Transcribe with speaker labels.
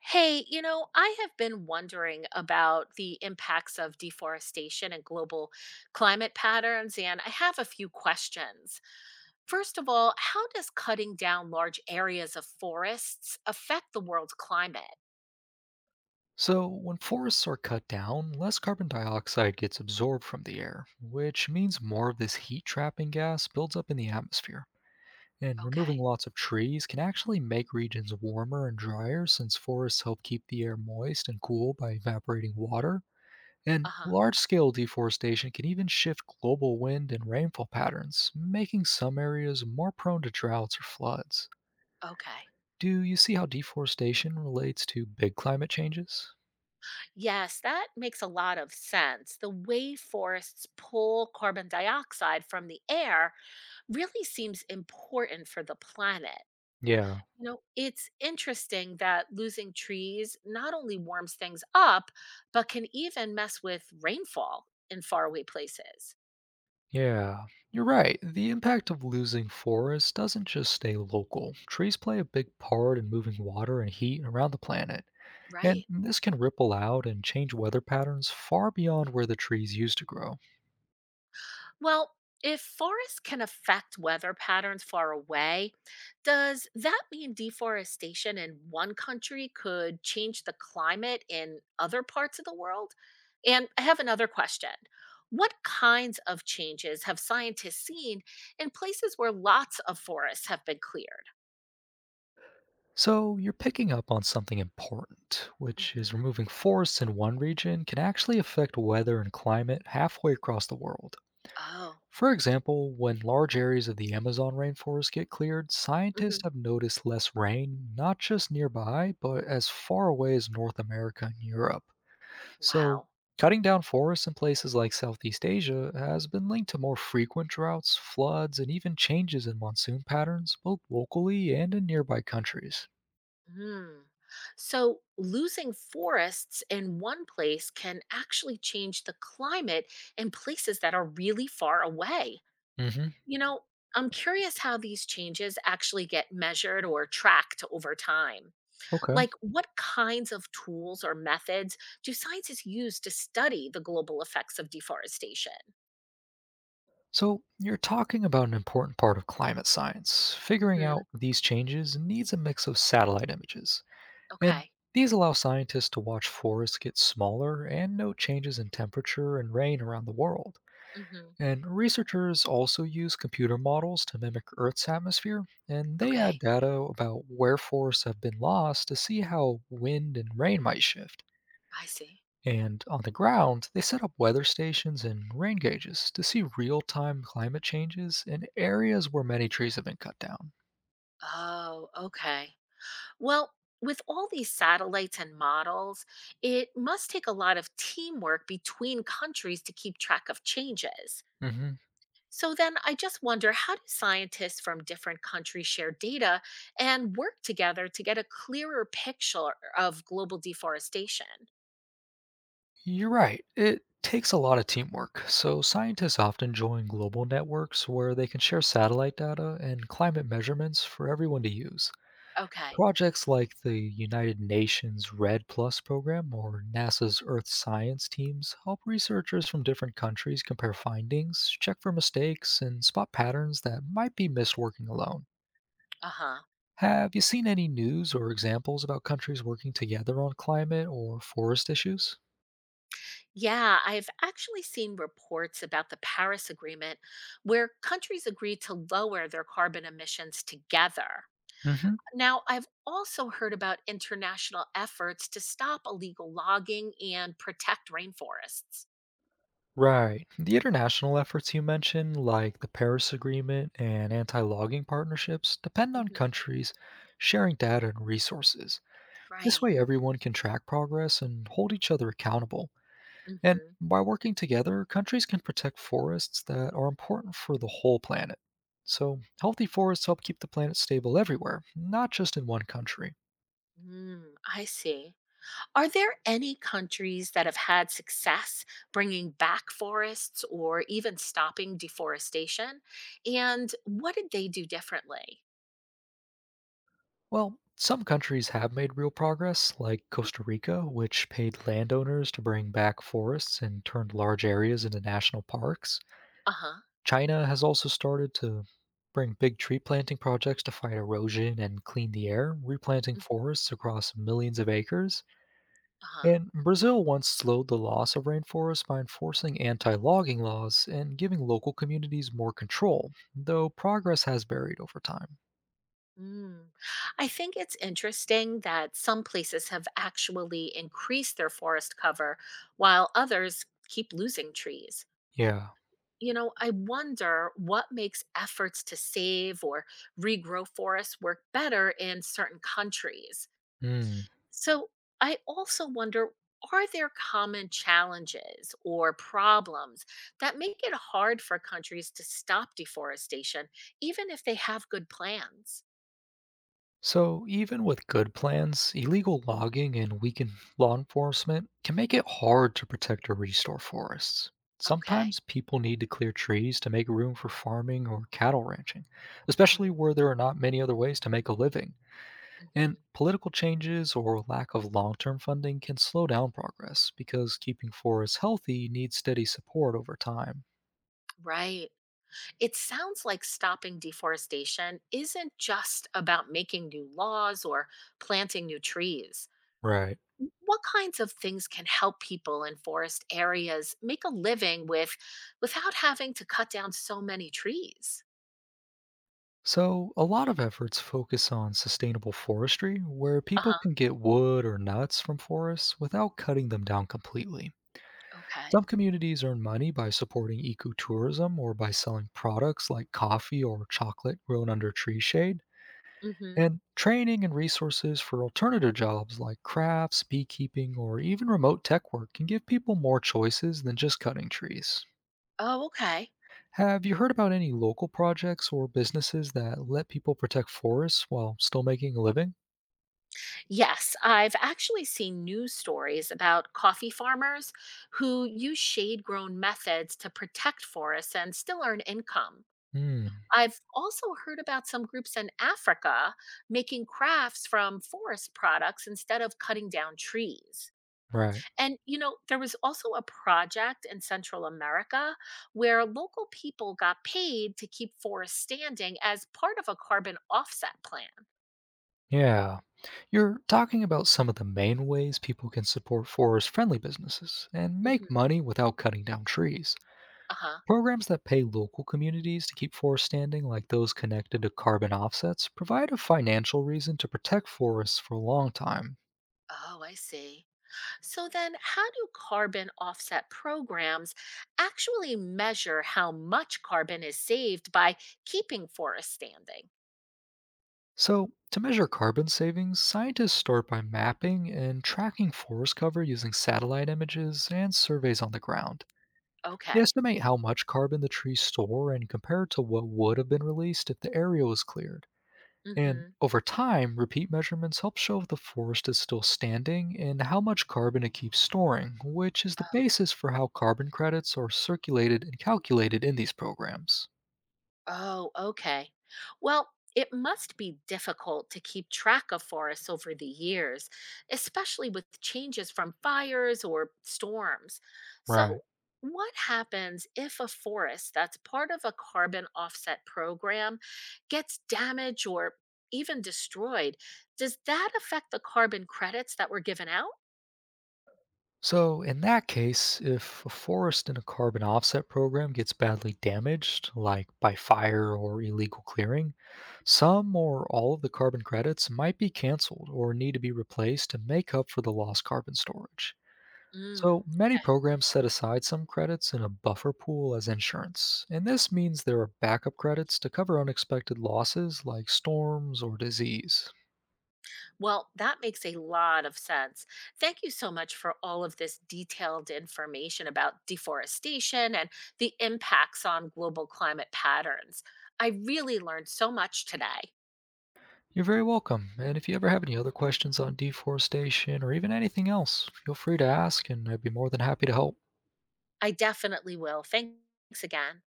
Speaker 1: Hey, I have been wondering about the impacts of deforestation and global climate patterns, and I have a few questions. First of all, how does cutting down large areas of forests affect the world's climate?
Speaker 2: So, when forests are cut down, less carbon dioxide gets absorbed from the air, which means
Speaker 1: Mhm.
Speaker 2: more of this heat trapping gas builds up in the atmosphere. And removing
Speaker 1: Okay.
Speaker 2: lots of trees can actually make regions warmer and drier since forests help keep the air moist and cool by evaporating water. And
Speaker 1: Uh huh.
Speaker 2: large scale deforestation can even shift global wind and rainfall patterns, making some areas more prone to droughts or floods.
Speaker 1: Okay.
Speaker 2: Do you see how deforestation relates to big climate changes?
Speaker 1: Yes, that makes a lot of sense. The way forests pull carbon dioxide from the air really seems important for the planet.
Speaker 2: Yeah,
Speaker 1: It's interesting that losing trees not only warms things up, but can even mess with rainfall in faraway places.
Speaker 2: Yeah, you're right. The impact of losing forests doesn't just stay local. Trees play a big part in moving water and heat around the planet, and
Speaker 1: Right.
Speaker 2: this can ripple out and change weather patterns far beyond where the trees used to grow.
Speaker 1: Well, if forests can affect weather patterns far away, does that mean deforestation in one country could change the climate in other parts of the world? And I have another question. What kinds of changes have scientists seen in places where lots of forests have been cleared?
Speaker 2: So, you're picking up on something important, which
Speaker 1: Mhm.
Speaker 2: is removing forests in one region can actually affect weather and climate halfway across the world.
Speaker 1: Oh.
Speaker 2: For example, when large areas of the Amazon rainforest get cleared,
Speaker 1: Hmm.
Speaker 2: scientists have noticed less rain, not just nearby, but as far away as North America and Europe. So,
Speaker 1: Wow.
Speaker 2: cutting down forests in places like Southeast Asia has been linked to more frequent droughts, floods, and even changes in monsoon patterns, both locally and in nearby countries.
Speaker 1: Mm. So losing forests in one place can actually change the climate in places that are really far away.
Speaker 2: hmm
Speaker 1: You know, I'm curious how these changes actually get measured or tracked over time.
Speaker 2: Okay.
Speaker 1: Like, what kinds of tools or methods do scientists use to study the global effects of deforestation?
Speaker 2: So, you're talking about an important part of climate science. Figuring out
Speaker 1: Hmm.
Speaker 2: these changes needs a mix of satellite images And
Speaker 1: Okay.
Speaker 2: These allow scientists to watch forests get smaller and note changes in temperature and rain around the world.
Speaker 1: Hmm.
Speaker 2: And researchers also use computer models to mimic Earth's atmosphere, and they add
Speaker 1: Okay.
Speaker 2: data about where forests have been lost to see how wind and rain might shift.
Speaker 1: I see.
Speaker 2: And on the ground, they set up weather stations and rain gauges to see real time climate changes in areas where many trees have been cut down.
Speaker 1: Oh, okay. Well, with all these satellites and models, it must take a lot of teamwork between countries to keep track of changes.
Speaker 2: hmm
Speaker 1: So then I just wonder, how do scientists from different countries share data and work together to get a clearer picture of global deforestation?
Speaker 2: You're right. It takes a lot of teamwork. So, scientists often join global networks where they can share satellite data and climate measurements for everyone to use.
Speaker 1: Okay.
Speaker 2: Projects like the United Nations Red Plus program or NASA's Earth Science teams help researchers from different countries compare findings, check for mistakes, and spot patterns that might be missed working alone.
Speaker 1: Uh huh.
Speaker 2: Have you seen any news or examples about countries working together on climate or forest issues?
Speaker 1: Yeah, I've actually seen reports about the Paris Agreement where countries agree to lower their carbon emissions together.
Speaker 2: Mhm.
Speaker 1: Now, I've also heard about international efforts to stop illegal logging and protect rainforests.
Speaker 2: Right. The international efforts you mentioned, like the Paris Agreement and anti logging partnerships, depend on
Speaker 1: Mhm.
Speaker 2: countries sharing data and resources. This
Speaker 1: Right.
Speaker 2: way, everyone can track progress and hold each other accountable. And
Speaker 1: Hmm.
Speaker 2: by working together, countries can protect forests that are important for the whole planet. So, healthy forests help keep the planet stable everywhere, not just in one country.
Speaker 1: Mm, I see. Are there any countries that have had success bringing back forests or even stopping deforestation? And what did they do differently?
Speaker 2: Well, some countries have made real progress, like Costa Rica, which paid landowners to bring back forests and turned large areas into national parks.
Speaker 1: Uh huh.
Speaker 2: China has also started to bring big tree planting projects to fight erosion and clean the air, replanting forests across millions of acres.
Speaker 1: Uh huh.
Speaker 2: And Brazil once slowed the loss of rainforests by enforcing anti logging laws and giving local communities more control, though progress has varied over time.
Speaker 1: Mm. I think it's interesting that some places have actually increased their forest cover while others keep losing trees.
Speaker 2: Yeah.
Speaker 1: I wonder what makes efforts to save or regrow forests work better in certain countries.
Speaker 2: Hmm.
Speaker 1: So I also wonder, are there common challenges or problems that make it hard for countries to stop deforestation, even if they have good plans?
Speaker 2: So, even with good plans, illegal logging and weakened law enforcement can make it hard to protect or restore forests.
Speaker 1: Okay.
Speaker 2: Sometimes people need to clear trees to make room for farming or cattle ranching, especially
Speaker 1: Hmm.
Speaker 2: where there are not many other ways to make a living. And
Speaker 1: Mhm.
Speaker 2: political changes or lack of long term funding can slow down progress because keeping forests healthy needs steady support over time.
Speaker 1: Right. It sounds like stopping deforestation isn't just about making new laws or planting new trees.
Speaker 2: Right.
Speaker 1: What kinds of things can help people in forest areas make a living without having to cut down so many trees?
Speaker 2: So, a lot of efforts focus on sustainable forestry, where people
Speaker 1: Uh-huh.
Speaker 2: can get wood or nuts from forests without cutting them down completely.
Speaker 1: Okay.
Speaker 2: Some communities earn money by supporting ecotourism or by selling products like coffee or chocolate grown under tree shade.
Speaker 1: Mm-hmm.
Speaker 2: And training and resources for alternative jobs like crafts, beekeeping, or even remote tech work can give people more choices than just cutting trees.
Speaker 1: Oh, okay.
Speaker 2: Have you heard about any local projects or businesses that let people protect forests while still making a living?
Speaker 1: Yes, I've actually seen news stories about coffee farmers who use shade grown methods to protect forests and still earn income.
Speaker 2: Hmm,
Speaker 1: I've also heard about some groups in Africa making crafts from forest products instead of cutting down trees.
Speaker 2: right.
Speaker 1: And, there was also a project in Central America where local people got paid to keep forests standing as part of a carbon offset plan.
Speaker 2: Yeah. You're talking about some of the main ways people can support forest friendly businesses and make
Speaker 1: Hmm.
Speaker 2: money without cutting down trees.
Speaker 1: Uh huh.
Speaker 2: Programs that pay local communities to keep forests standing, like those connected to carbon offsets, provide a financial reason to protect forests for a long time.
Speaker 1: Oh, I see. So then, how do carbon offset programs actually measure how much carbon is saved by keeping forests standing?
Speaker 2: So, to measure carbon savings, scientists start by mapping and tracking forest cover using satellite images and surveys on the ground. They
Speaker 1: Okay.
Speaker 2: estimate how much carbon the trees store and compare it to what would have been released if the area was cleared. And
Speaker 1: Hmm.
Speaker 2: over time, repeat measurements help show if the forest is still standing and how much carbon it keeps storing, which is the
Speaker 1: Oh,
Speaker 2: basis for how carbon credits are circulated and calculated in these programs.
Speaker 1: oh, okay. Well, it must be difficult to keep track of forests over the years, especially with changes from fires or storms. So,
Speaker 2: Right.
Speaker 1: what happens if a forest that's part of a carbon offset program gets damaged or even destroyed? Does that affect the carbon credits that were given out?
Speaker 2: So, in that case, if a forest in a carbon offset program gets badly damaged, like by fire or illegal clearing, some or all of the carbon credits might be canceled or need to be replaced to make up for the lost carbon storage.
Speaker 1: Mm,
Speaker 2: So, many
Speaker 1: okay.
Speaker 2: programs set aside some credits in a buffer pool as insurance, and this means there are backup credits to cover unexpected losses like storms or disease.
Speaker 1: Well, that makes a lot of sense. Thank you so much for all of this detailed information about deforestation and the impacts on global climate patterns. I really learned so much today.
Speaker 2: You're very welcome. And if you ever have any other questions on deforestation or even anything else, feel free to ask, and I'd be more than happy to help.
Speaker 1: I definitely will. Thanks again.